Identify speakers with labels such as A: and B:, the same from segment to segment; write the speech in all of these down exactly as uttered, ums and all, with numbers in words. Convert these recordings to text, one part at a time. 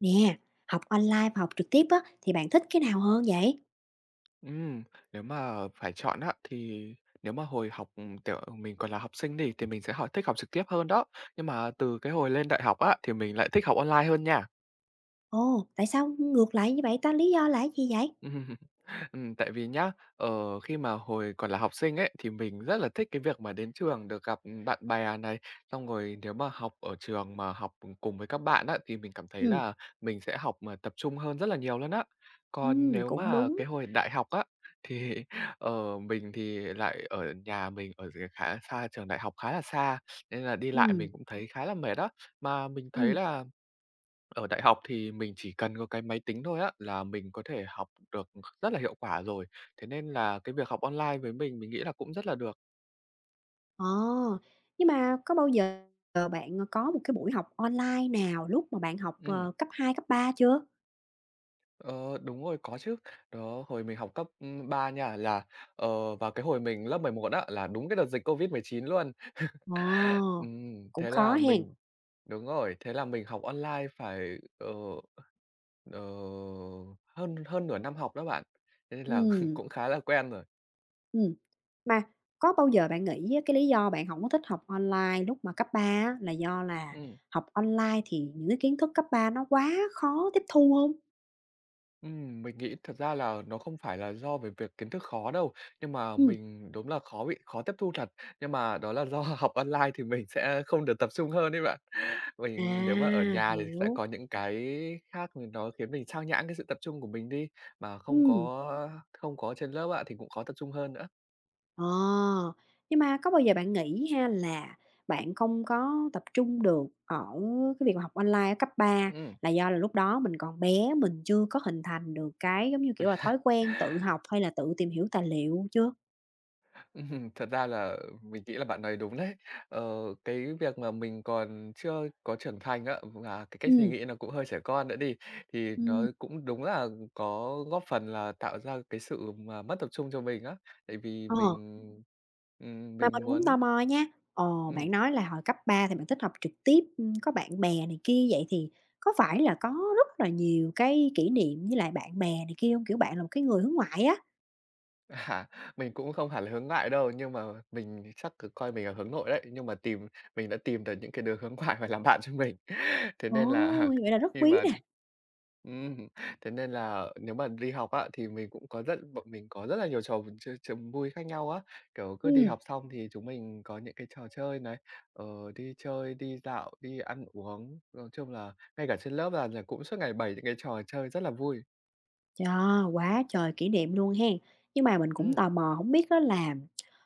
A: Nè, học online và học trực tiếp á, thì bạn thích cái nào hơn vậy?
B: Ừm, nếu mà phải chọn á, thì nếu mà hồi học, ừm, kiểu, mình còn là học sinh đi thì mình sẽ hỏi thích học trực tiếp hơn đó, nhưng mà từ cái hồi lên đại học á, thì mình lại thích học online hơn nha.
A: Ồ, tại sao ngược lại như vậy ta? Lý do là gì vậy?
B: Ừm, tại vì nhá, ờ, khi mà hồi còn là học sinh ấy, thì mình rất là thích cái việc mà đến trường được gặp, bạn bè này, xong rồi nếu mà học ở trường mà học, cùng với các bạn á, thì mình cảm thấy
A: Ừm,
B: là mình sẽ học mà tập trung hơn rất là nhiều luôn á. Còn
A: ừm,
B: nếu
A: cũng
B: mà
A: đúng.
B: cái hồi đại học á, thì, ờ, mình thì lại ở nhà mình ở d khá xa trường đại học khá là xa, nên là đi lại
A: Ừm,
B: mình cũng thấy khá là mệt đó. Mà mình thấy
A: ừm,
B: là ở đại học thì mình chỉ cần có cái máy tính thôi á, là mình có thể học được rất là hiệu quả rồi. Thế nên là cái việc học online với mình, mình nghĩ là cũng rất là được.
A: ờ, nhưng mà có bao giờ bạn có một cái buổi học online nào lúc mà bạn học,
B: Ừm,
A: ờ, cấp hai cấp ba chưa?
B: ờ, đúng rồi, có chứ. Đó, hồi mình học cấp, ưm, ba nha, là, ờ, vào cái hồi mình lớp mười một á, là đúng cái đợt dịch covid mười chín luôn.
A: Ồ,
B: Ừm,
A: cũng
B: thế
A: khó
B: là
A: hen.
B: mình đúng rồi, thế là mình học online phải, ờ, ờ, hơn hơn nửa năm học đó bạn, thế nên là
A: Ừm,
B: cũng khá là quen rồi.
A: ừm, mà có bao giờ bạn nghĩ á, cái lý do bạn không có thích học online lúc mà cấp ba á, là do là
B: Ừm.
A: học online thì những cái kiến thức cấp ba nó quá khó tiếp thu không?
B: Ừm, mình nghĩ thật ra là nó không phải là do về việc kiến thức khó đâu, nhưng mà
A: Ừm,
B: mình đúng là khó bị khó tiếp thu thật, nhưng mà đó là do học online thì mình sẽ không được tập trung hơn đấy bạn. Mình nếu mà ở
A: à,
B: nhà thì sẽ
A: hiểu.
B: có những cái khác mình nó khiến mình sao nhãng cái sự tập trung của mình đi, mà không
A: Ừm,
B: có không có trên lớp á, thì cũng khó tập trung hơn nữa.
A: ờ, nhưng mà có bao giờ bạn nghĩ ha là bạn không có tập trung được ở cái việc mà học online ở cấp ba
B: Ừm.
A: là do là lúc đó mình còn bé, mình chưa có hình thành được cái, giống như kiểu là, thói quen tự học hay là tự tìm hiểu tài liệu chưa?
B: Ừm, thật ra là mình nghĩ là bạn nói đúng đấy. Ờ, cái việc mà mình còn chưa có trưởng thành á, và cái cách suy
A: Ừm,
B: nghĩ nó cũng hơi trẻ con nữa đi, thì nó
A: ừm,
B: cũng đúng là có góp phần là tạo ra cái sự mà mất tập trung cho mình á. Tại vì
A: ờ.
B: mình, ừm,
A: Mà mình
B: mình
A: cũng
B: muốn
A: tò mò nha. Ồ,
B: Ừm,
A: bạn nói là hồi cấp ba thì bạn thích học trực tiếp, ưm, có bạn bè này kia, vậy thì có phải là có rất là nhiều cái kỷ niệm với lại bạn bè này kia hông? Kiểu, bạn là một cái người hướng ngoại á.
B: à, mình cũng không hẳn là hướng ngoại đâu, nhưng mà mình chắc c coi mình là hướng nội đấy, nhưng mà tìm mình đã tìm được những cái đứa hướng ngoại mà làm bạn cho mình. Thế
A: Ồ,
B: nên là
A: như vậy là rất
B: khi
A: quý
B: mà
A: nè.
B: Ừm, thế nên là nếu mà đi học á, thì mình cũng có rất bọn mình có rất là nhiều trò v chơi vui khác nhau á. Kiểu, cứ đi
A: Ừm,
B: học xong thì chúng mình có những cái trò chơi này, ờ, đi chơi, đi dạo, đi ăn uống, nói chung là ngay cả trên lớp là là cũng suốt ngày bày những cái trò chơi rất là vui.
A: chà, quá trời kỷ niệm luôn hen. Nhưng mà mình cũng
B: Ừm.
A: tò mò hổng biết á là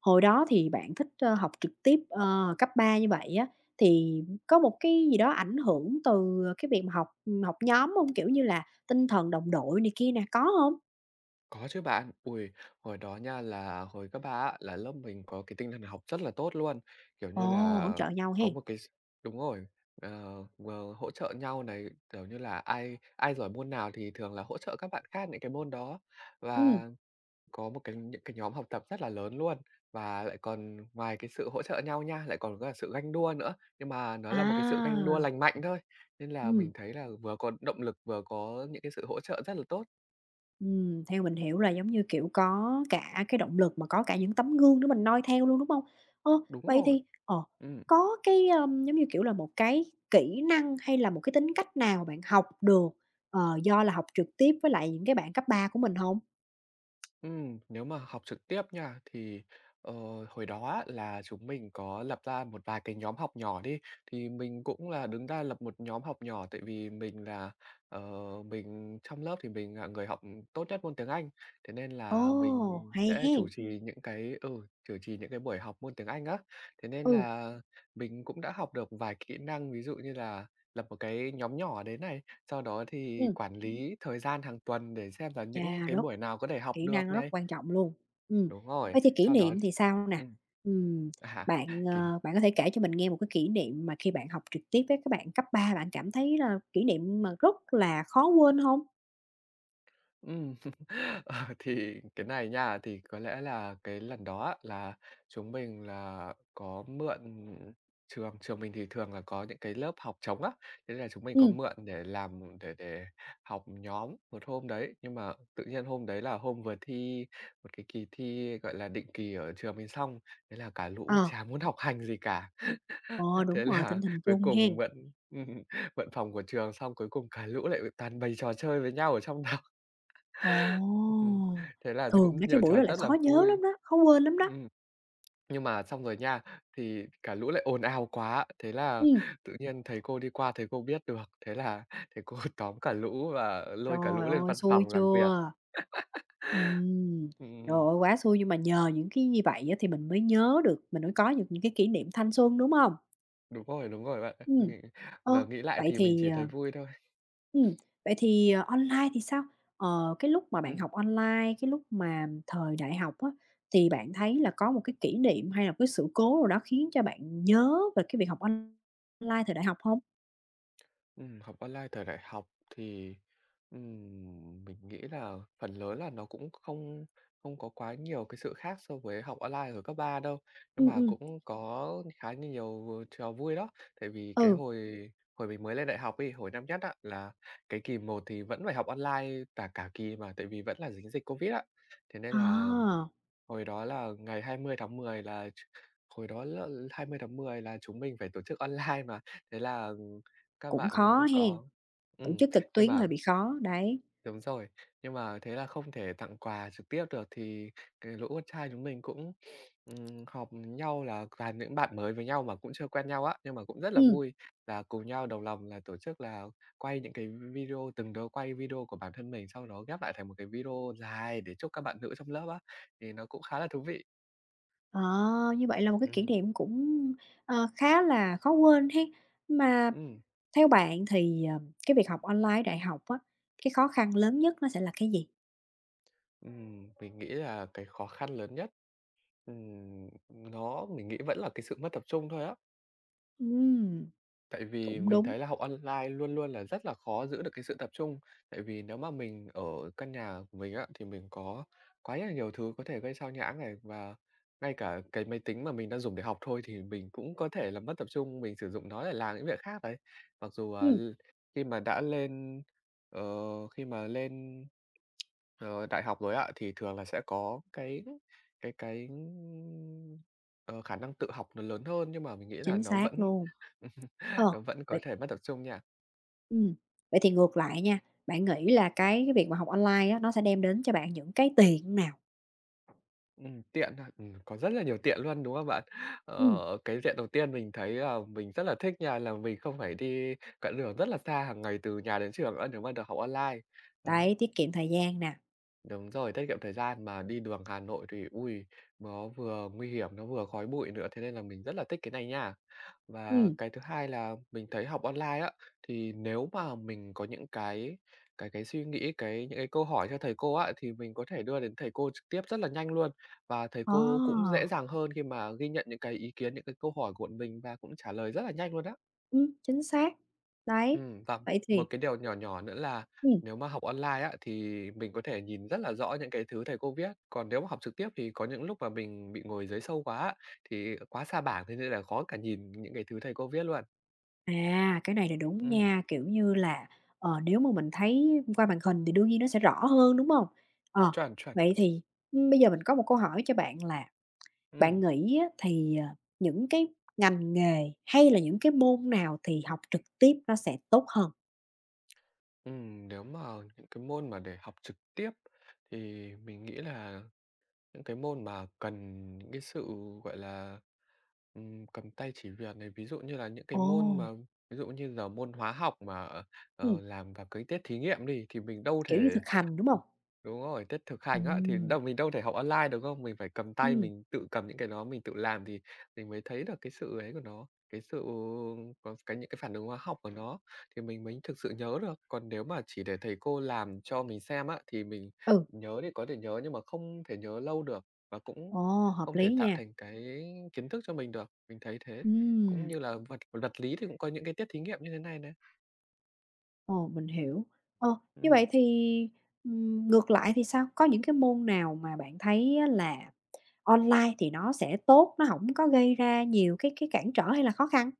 A: hồi đó thì bạn thích, ơ, học trực tiếp, ờ, cấp ba như vậy á, thì có một cái gì đó ảnh hưởng từ cái việc mà học, ừm, học nhóm hông? Kiểu như là tinh thần đồng đội này kia nè, có hông?
B: Có chứ bạn. Ôi, hồi đó nha là hồi cấp ba á, là lớp mình có cái tinh thần học rất là tốt luôn, kiểu
A: Ồ,
B: như là,
A: hỗ trợ nhau
B: có
A: hen.
B: một cái s đúng rồi, ờ, ờ, hỗ trợ nhau này, kiểu như là, ai ai giỏi môn nào thì thường là hỗ trợ các bạn khác những cái môn đó.
A: Ừm.
B: Và có một cái những cái nhóm học tập rất là lớn luôn, và lại còn ngoài cái sự hỗ trợ nhau nha, lại còn có cả sự ganh đua nữa, nhưng mà nó là một cái sự ganh đua
A: À,
B: lành mạnh thôi, nên là mình
A: ừm,
B: thấy là vừa có động lực, vừa có những cái sự hỗ trợ rất là tốt.
A: ừm, theo mình hiểu là giống như, kiểu, có cả cái động lực mà có cả những tấm gương để mình noi theo luôn, đúng không? Ơ,
B: Đúng
A: vậy
B: rồi.
A: thì, ờ,
B: Ừm.
A: có cái, ờm, giống như, kiểu là, một cái kỹ năng hay là một cái tính cách nào bạn học được, ờ, do là học trực tiếp với lại những cái bạn cấp ba của mình không?
B: Ừm, nếu mà học trực tiếp nha, thì, ờ, hồi đó á là chúng mình có lập ra một vài cái nhóm học nhỏ đi, thì mình cũng là đứng ra lập một nhóm học nhỏ tại vì mình là, ờ, mình trong lớp thì mình là người học tốt nhất môn tiếng Anh, thế nên là mình
A: Ồ, hay
B: sẽ chủ
A: hen!
B: trì những cái ừ, chủ trì những cái buổi học môn tiếng Anh á. Thế nên
A: Ừ,
B: là mình cũng đã học được vài kỹ năng, ví dụ như là lập một cái nhóm nhỏ đấy này, sau đó thì
A: ừm.
B: quản Ừm. lý thời gian hàng tuần để xem là những
A: Chà,
B: cái
A: rất
B: buổi nào có thể học
A: kỹ năng
B: được
A: rất
B: này.
A: quan trọng luôn. Ừm,
B: Đúng rồi,
A: vậy thì kỷ
B: sau đó
A: niệm thì sao nè?
B: ừm,
A: Ừm,
B: à,
A: bạn,
B: kỳ
A: ờ, bạn có thể kể cho mình nghe một cái kỷ niệm mà khi bạn học trực tiếp với các bạn cấp ba, bạn cảm thấy là kỷ niệm mà rất là khó quên không?
B: Ừm, ờ, thì cái này nha, thì có lẽ là cái lần đó á, là chúng mình là có mượn trường trường mình thì thường là có những cái lớp học trống á, thế là chúng mình có
A: Ừ,
B: mượn để làm để để học nhóm một hôm đấy. Nhưng mà tự nhiên hôm đấy là hôm vừa thi một cái kỳ thi, gọi là, định kỳ ở trường mình xong, thế là cả lũ
A: ờ,
B: chả muốn học hành gì cả.
A: ờ, đúng
B: Thế
A: rồi, tình
B: là
A: hình
B: cuối
A: chung
B: cùng
A: hen.
B: mượn mượn phòng của trường xong cuối cùng cả lũ lại toàn bày trò chơi với nhau ở trong
A: Ồ!
B: Ừm, thế là thì
A: Thường
B: cũng
A: mấy cái
B: nhiều
A: buổi
B: trò
A: đó lại
B: rất là
A: khó nhớ
B: vui.
A: lắm đó, khó quên lắm đó.
B: Ừm, nhưng mà xong rồi nha, thì cả lũ lại ồn ào quá, thế là
A: Ừ,
B: tự nhiên thầy cô đi qua, thầy cô biết được, thế là thầy cô tóm cả lũ và lôi cả
A: trời
B: lũ lên
A: ơi,
B: văn
A: xui
B: phòng làm việc.
A: chưa? Ừ, trời
B: Ừm,
A: ơi, quá xui nhưng mà nhờ những cái như vậy á thì mình mới nhớ được, mình mới có được những cái kỷ niệm thanh xuân, đúng không?
B: đúng rồi, đúng rồi bạn ạ.
A: Ừm.
B: Nghĩ
A: Ơ,
B: giờ nghĩ lại
A: vậy
B: thì mình
A: thì,
B: chỉ thấy
A: ờ
B: vui thôi.
A: ừm, vậy thì, ờ, online thì sao? Ờ, cái lúc mà bạn
B: Ừm.
A: học online, cái lúc mà thời đại học á, thì bạn thấy là có một cái kỷ niệm hay là một cái sự cố nào đó khiến cho bạn nhớ về cái việc học online thời đại học hông?
B: Ừm, học online thời đại học thì, ừm, mình nghĩ là phần lớn là nó cũng không không có quá nhiều cái sự khác so với học online ở cấp ba đâu, nhưng
A: Ừm,
B: mà
A: ừm,
B: cũng có khá là nhiều trò vui đó. Tại vì cái
A: ừ,
B: hồi hồi mình mới lên đại học ấy, hồi năm nhất á, là cái kỳ một thì vẫn phải học online cả cả kỳ mà, tại vì vẫn là dính dịch Covid á. Thế nên là
A: à,
B: hồi đó là ngày hai mươi tháng mười là ch hồi đó là hai mươi tháng mười là chúng mình phải tổ chức online mà, thế là các
A: cũng
B: bạn cũng
A: khó hen,
B: có
A: tổ
B: ừm,
A: chức trực
B: nhưng
A: tuyến
B: mà
A: hơi bị khó, đấy.
B: đúng rồi, nhưng mà thế là không thể tặng quà trực tiếp được thì cái lũ con trai chúng mình cũng, ừm, họp nhau là toàn những bạn mới với nhau mà cũng chưa quen nhau á, nhưng mà cũng rất là
A: Ừm.
B: vui là cùng nhau đồng lòng là tổ chức là quay những cái video từng đứa quay video của bản thân mình, sau đó ghép lại thành một cái video dài để chúc các bạn nữ trong lớp á, thì nó cũng khá là thú vị.
A: Ờ, như vậy là một cái kỷ
B: Ừm,
A: niệm cũng, ờ, khá là khó quên ha. Mà
B: ừm,
A: theo bạn thì, ờ, cái việc học online đại học á, cái khó khăn lớn nhất nó sẽ là cái gì?
B: ừm, mình nghĩ là cái khó khăn lớn nhất, ừm, nó mình nghĩ vẫn là cái sự mất tập trung thôi á.
A: Ừm,
B: Tại vì
A: cũng
B: mình
A: đúng,
B: thấy là học online luôn luôn là rất là khó giữ được cái sự tập trung. Tại vì nếu mà mình ở căn nhà của mình á, thì mình có quá là nhiều thứ có thể gây xao nhãng này, và ngay cả cái máy tính mà mình đang dùng để học thôi thì mình cũng có thể là mất tập trung, mình sử dụng nó để làm những việc khác đấy. Mặc dù, à,
A: ừm,
B: l Khi mà đã lên ờ, khi mà lên Ờ, đại học rồi ạ, thì thường là sẽ có cái cái cái, ờ, khả năng tự học nó lớn hơn, nhưng mà mình nghĩ là
A: chính
B: nó
A: xác
B: vẫn
A: luôn. Ờ,
B: nó vẫn có
A: vậy
B: thể mất tập trung nha.
A: ừm, vậy thì ngược lại nha, bạn nghĩ là cái cái việc mà học online á, nó sẽ đem đến cho bạn những cái tiện nào?
B: Ừm, tiện ha, ừm, có rất là nhiều tiện luôn, đúng không bạn?
A: Ừm,
B: Ờ, cái tiện đầu tiên mình thấy là mình rất là thích nha, là mình không phải đi quãng đường rất là xa hàng ngày từ nhà đến trường nữa, nếu mà được học online. Đó,
A: đấy, tiết kiệm thời gian nè,
B: đúng rồi, tiết kiệm thời gian, mà đi đường Hà Nội thì, ui nó vừa nguy hiểm, nó vừa khói bụi nữa, thế nên là mình rất là thích cái này nha. Và
A: ừm,
B: cái thứ hai là mình thấy học online á, thì nếu mà mình có những cái cái cái suy nghĩ, cái những cái câu hỏi cho thầy cô á, thì mình có thể đưa đến thầy cô trực tiếp rất là nhanh luôn. Và thầy
A: ờ,
B: cô cũng dễ dàng hơn khi mà ghi nhận những cái ý kiến, những cái câu hỏi của bọn mình và cũng trả lời rất là nhanh luôn á.
A: ừm, chính xác.
B: Ừ,
A: Đấy.
B: và
A: Vậy
B: một
A: thì
B: cái điều nhỏ nhỏ nữa là
A: ừ
B: nếu mà học online á, thì mình có thể nhìn rất là rõ những cái thứ thầy cô viết. Còn nếu mà học trực tiếp thì có những lúc mà mình bị ngồi dưới sâu quá á, thì quá xa bảng thế nên là khó cả nhìn những cái thứ thầy cô viết luôn.
A: À, cái này là đúng
B: Ừ.
A: nha, kiểu như là, ờ, nếu mà mình thấy qua màn hình thì đương nhiên nó sẽ rõ hơn, đúng không? Ờ,
B: Chuẩn, chuẩn,
A: vậy
B: chuẩn.
A: thì, ưm, bây giờ mình có một câu hỏi cho bạn là
B: Ừm,
A: bạn nghĩ á thì, ờ, những cái ngành nghề hay là những cái môn nào thì học trực tiếp nó sẽ tốt hơn?
B: ừm, nếu mà những cái môn mà để học trực tiếp thì mình nghĩ là những cái môn mà cần những cái sự, gọi là, ừm, cầm tay chỉ việc này, ví dụ như là những cái môn
A: Ồ,
B: mà ví dụ như giờ môn hóa học mà, ờ,
A: ừm,
B: ờ, làm vào cái tiết thí nghiệm đi, thì mình đâu
A: kiểu như,
B: thể
A: thực hành, đúng không?
B: ừm, đúng rồi, tiết thực hành á, thì
A: Ừ,
B: đâu mình đâu thể học online được không? Mình phải cầm tay,
A: ừ,
B: mình tự cầm những cái đó, mình tự làm thì mình mới thấy được cái sự ấy của nó, cái sự có cái những cái phản ứng hóa học của nó thì mình mới thực sự nhớ được. Còn nếu mà chỉ để thầy cô làm cho mình xem á, thì mình
A: ừ,
B: nhớ thì có thể nhớ nhưng mà không thể nhớ lâu được và cũng
A: ồ, hợp
B: không
A: lý
B: thể tạo
A: nha.
B: thành cái kiến thức cho mình được, mình thấy thế. Cũng
A: Ừm,
B: như là vật vật lý thì cũng có những cái tiết thí nghiệm như thế này này.
A: ồ, mình hiểu. Ờ, như
B: Ừ.
A: vậy thì, ừm, ngược lại thì sao? Có những cái môn nào mà bạn thấy á là online thì nó sẽ tốt, nó hổng có gây ra nhiều cái cái cản trở hay là khó khăn.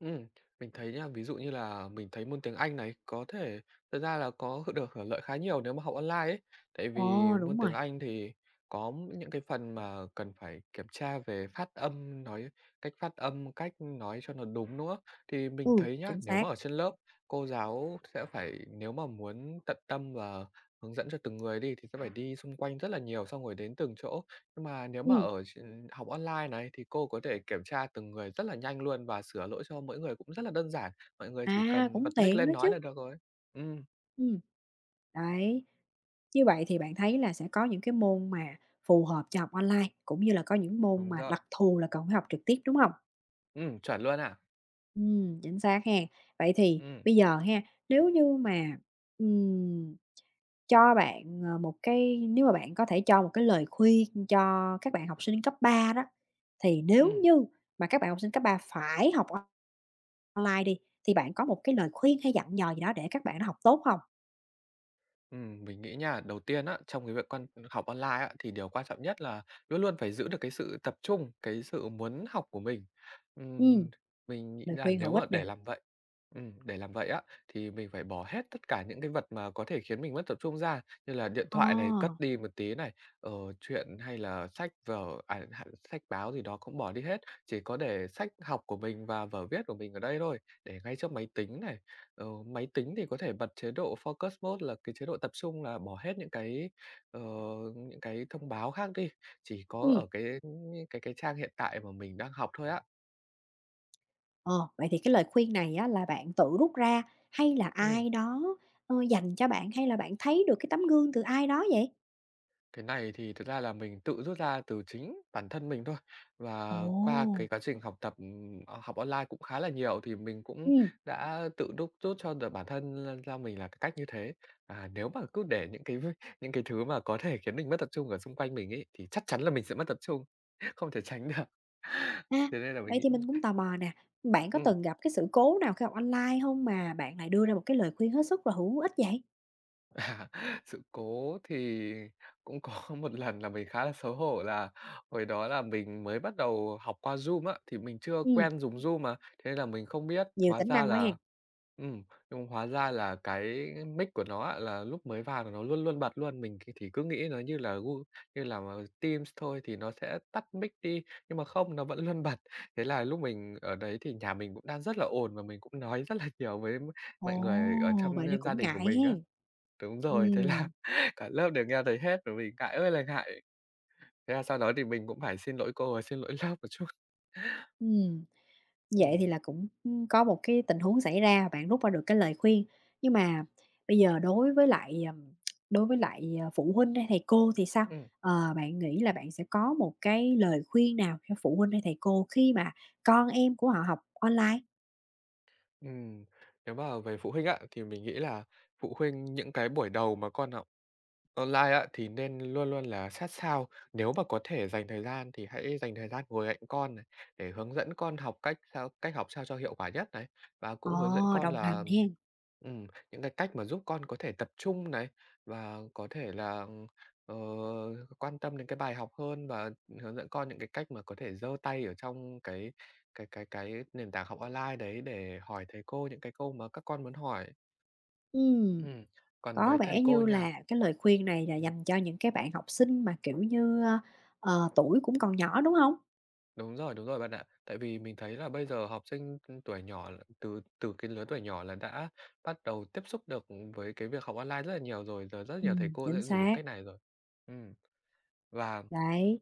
B: Ừm, mình thấy nha, ví dụ như là mình thấy môn tiếng Anh này có thể thật ra là có được hưởng lợi khá nhiều nếu mà học online ấy. Tại vì
A: Ồ,
B: môn
A: đúng
B: tiếng
A: rồi,
B: Anh thì có những cái phần mà cần phải kiểm tra về phát âm, nói cách phát âm, cách nói cho nó đúng nữa. Thì mình
A: ừ,
B: thấy nhá,
A: chính
B: nếu
A: xác,
B: mà ở trên lớp, cô giáo sẽ phải nếu mà muốn tận tâm và hướng dẫn cho từng người đi thì sẽ phải đi xung quanh rất là nhiều, xong rồi đến từng chỗ. Nhưng mà nếu mà
A: ừm,
B: ở ch Học online này thì cô có thể kiểm tra từng người rất là nhanh luôn và sửa lỗi cho mỗi người cũng rất là đơn giản, mọi người chỉ
A: à,
B: cần
A: cũng
B: bật mic
A: tiện
B: lên
A: đó
B: nói
A: chứ,
B: là được rồi. Ừm,
A: ừm. Đấy, như vậy thì bạn thấy là sẽ có những cái môn mà phù hợp cho học online, cũng như là có những môn
B: đúng
A: mà
B: rồi.
A: đặc thù là cần phải học trực tiếp, đúng hông?
B: Ừm, chuẩn luôn à?
A: Ừm, chính xác ha. Vậy thì
B: Ừm,
A: bây giờ ha, nếu như mà, ừm, cho bạn, ờ, một cái nếu mà bạn có thể cho một cái lời khuyên cho các bạn học sinh cấp ba đó. Thì nếu
B: ừm.
A: như mà các bạn học sinh cấp ba phải học on- online đi, thì bạn có một cái lời khuyên hay dặn dò gì đó để các bạn nó học tốt không?
B: Ừm, mình nghĩ nha, đầu tiên á, trong cái việc con học online á, thì điều quan trọng nhất là luôn luôn phải giữ được cái sự tập trung, cái sự muốn học của mình.
A: Ừm,
B: Ừm, mình nghĩ
A: lời
B: là
A: khuyên
B: nếu
A: hữu ích
B: mà
A: nè.
B: để làm vậy ừm, để làm vậy á, thì mình phải bỏ hết tất cả những cái vật mà có thể khiến mình mất tập trung ra, như là điện
A: Ờ,
B: thoại này, cất đi một tí này, ờ, chuyện hay là sách vở, à, h sách báo gì đó cũng bỏ đi hết, chỉ có để sách học của mình và vở viết của mình ở đây thôi, để ngay trước máy tính này. Ờ, máy tính thì có thể bật chế độ focus mode là cái chế độ tập trung là bỏ hết những cái, ờ, những cái thông báo khác đi, chỉ có
A: ừm,
B: ở cái, cái cái trang hiện tại mà mình đang học thôi á.
A: ờ, vậy thì cái lời khuyên này á là bạn tự rút ra hay là
B: Ừm.
A: ai đó, ờ, dành cho bạn, hay là bạn thấy được cái tấm gương từ ai đó vậy?
B: Cái này thì thực ra là mình tự rút ra từ chính bản thân mình thôi. Và qua cái
A: Ồ,
B: quá trình học tập, ừm, ờ, học online cũng khá là nhiều thì mình cũng
A: ừm,
B: đã tự đúc rút cho được bản thân l ra mình là cái cách như thế. À, nếu mà cứ để những cái v Những cái thứ mà có thể khiến mình mất tập trung ở xung quanh mình ấy, thì chắc chắn là mình sẽ mất tập trung, không thể tránh được.
A: a,
B: Thế nên là mình
A: vậy
B: nghĩ
A: thì mình
B: ừ
A: cũng tò mò nè, bạn có từng gặp cái sự cố nào khi học online không mà bạn lại đưa ra một cái lời khuyên hết sức là hữu ích vậy?
B: À, sự cố thì cũng có một lần là mình khá là xấu hổ là hồi đó là mình mới bắt đầu học qua Zoom á, thì mình chưa
A: Ừm,
B: quen dùng Zoom mà, thế nên là mình không biết.
A: nhiều
B: Hóa
A: tính
B: ra
A: năng quá ha.
B: là ừm, nhưng hóa ra là cái mic của nó á, là lúc mới vào là nó luôn luôn bật luôn, mình thì thì cứ nghĩ nó như là Gu như là mà Teams thôi thì nó sẽ tắt mic đi, nhưng mà không, nó vẫn luôn bật. Thế là lúc mình ở đấy thì nhà mình cũng đang rất là ồn và mình cũng nói rất là nhiều với
A: Ồ,
B: mọi người ở trong
A: vậy nên
B: gia
A: cũng
B: đình của
A: ngại
B: mình á.
A: hen.
B: Đúng rồi, thế là
A: Ừm,
B: cả lớp đều nghe thấy hết, rồi mình ngại ơi là ngại. Thế là sau đó thì mình cũng phải xin lỗi cô và xin lỗi lớp một chút.
A: ừm, vậy thì
B: Ừm.
A: là cũng, có một cái tình huống xảy ra, bạn rút ra được cái lời khuyên. Nhưng mà bây giờ đối với lại, ừm, đối với lại, ờ, phụ huynh hay thầy cô thì sao?
B: Ừm.
A: Ờ, bạn nghĩ là bạn sẽ có một cái lời khuyên nào cho phụ huynh hay thầy cô khi mà con em của họ học online?
B: Ừm, nếu mà về phụ huynh ạ, thì mình nghĩ là phụ huynh những cái buổi đầu mà con học online á, thì nên luôn luôn là sát sao. Nếu mà có thể dành thời gian thì hãy dành thời gian ngồi cạnh con này, để hướng dẫn con học cách sao cách học sao cho hiệu quả nhất này, và
A: Ờ,
B: cũng hướng dẫn con
A: đồng
B: là,
A: hành hen.
B: ừm, những cái cách mà giúp con có thể tập trung này, và có thể là, ờ, quan tâm đến cái bài học hơn và hướng dẫn con những cái cách mà có thể giơ tay ở trong cái cái cái cái nền tảng học online đấy để hỏi thầy cô những cái câu mà các con muốn hỏi.
A: Ừm,
B: Ừm, còn
A: có
B: với thầy
A: vẻ
B: cô
A: như
B: nha.
A: là cái lời khuyên này là dành cho những cái bạn học sinh mà, kiểu như, ờ, tuổi cũng còn nhỏ, đúng không?
B: Đúng rồi, đúng rồi bạn ạ. Tại vì mình thấy là bây giờ học sinh, ừ, tuổi nhỏ là từ từ cái lứa tuổi nhỏ là đã bắt đầu tiếp xúc được với cái việc học online rất là nhiều rồi, giờ rất nhiều thầy
A: Ừm,
B: cô sẽ
A: chính
B: sử dụng
A: xác,
B: cách này rồi. Ừm, và,
A: đấy.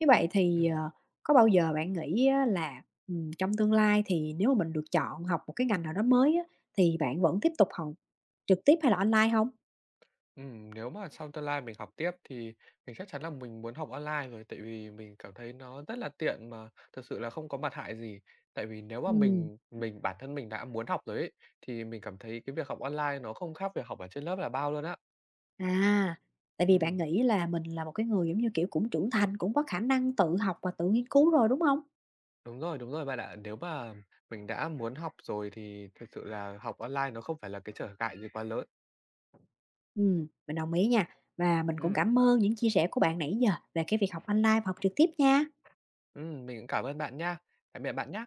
A: Như vậy thì,
B: ừm,
A: ờ, có bao giờ bạn nghĩ á là, ừm, trong tương lai thì nếu mà mình được chọn học một cái ngành nào đó mới á, thì bạn vẫn tiếp tục học trực tiếp hay là online không?
B: ừm, nếu mà sau tương lai mình học tiếp thì mình chắc chắn là mình muốn học online rồi, tại vì mình cảm thấy nó rất là tiện mà thực sự là không có mặt hại gì. Tại vì nếu mà
A: Ừm,
B: mình mình bản thân mình đã muốn học rồi ấy, thì mình cảm thấy cái việc học online nó không khác việc học ở trên lớp là bao luôn á.
A: à, tại vì bạn
B: Ừm.
A: nghĩ là mình là một cái người, giống như kiểu, cũng trưởng thành, cũng có khả năng tự học và tự nghiên cứu rồi, đúng không?
B: Đúng rồi, đúng rồi bạn ạ. Nếu mà mình đã muốn học rồi thì thực sự là học online nó không phải là cái trở ngại gì quá lớn.
A: Ừm, mình đồng ý nha, và mình cũng
B: Ừm.
A: cảm ơn những chia sẻ của bạn nãy giờ về cái việc học online và học trực tiếp nha.
B: Ừm, mình cũng cảm ơn bạn nha. Tạm biệt bạn nhá.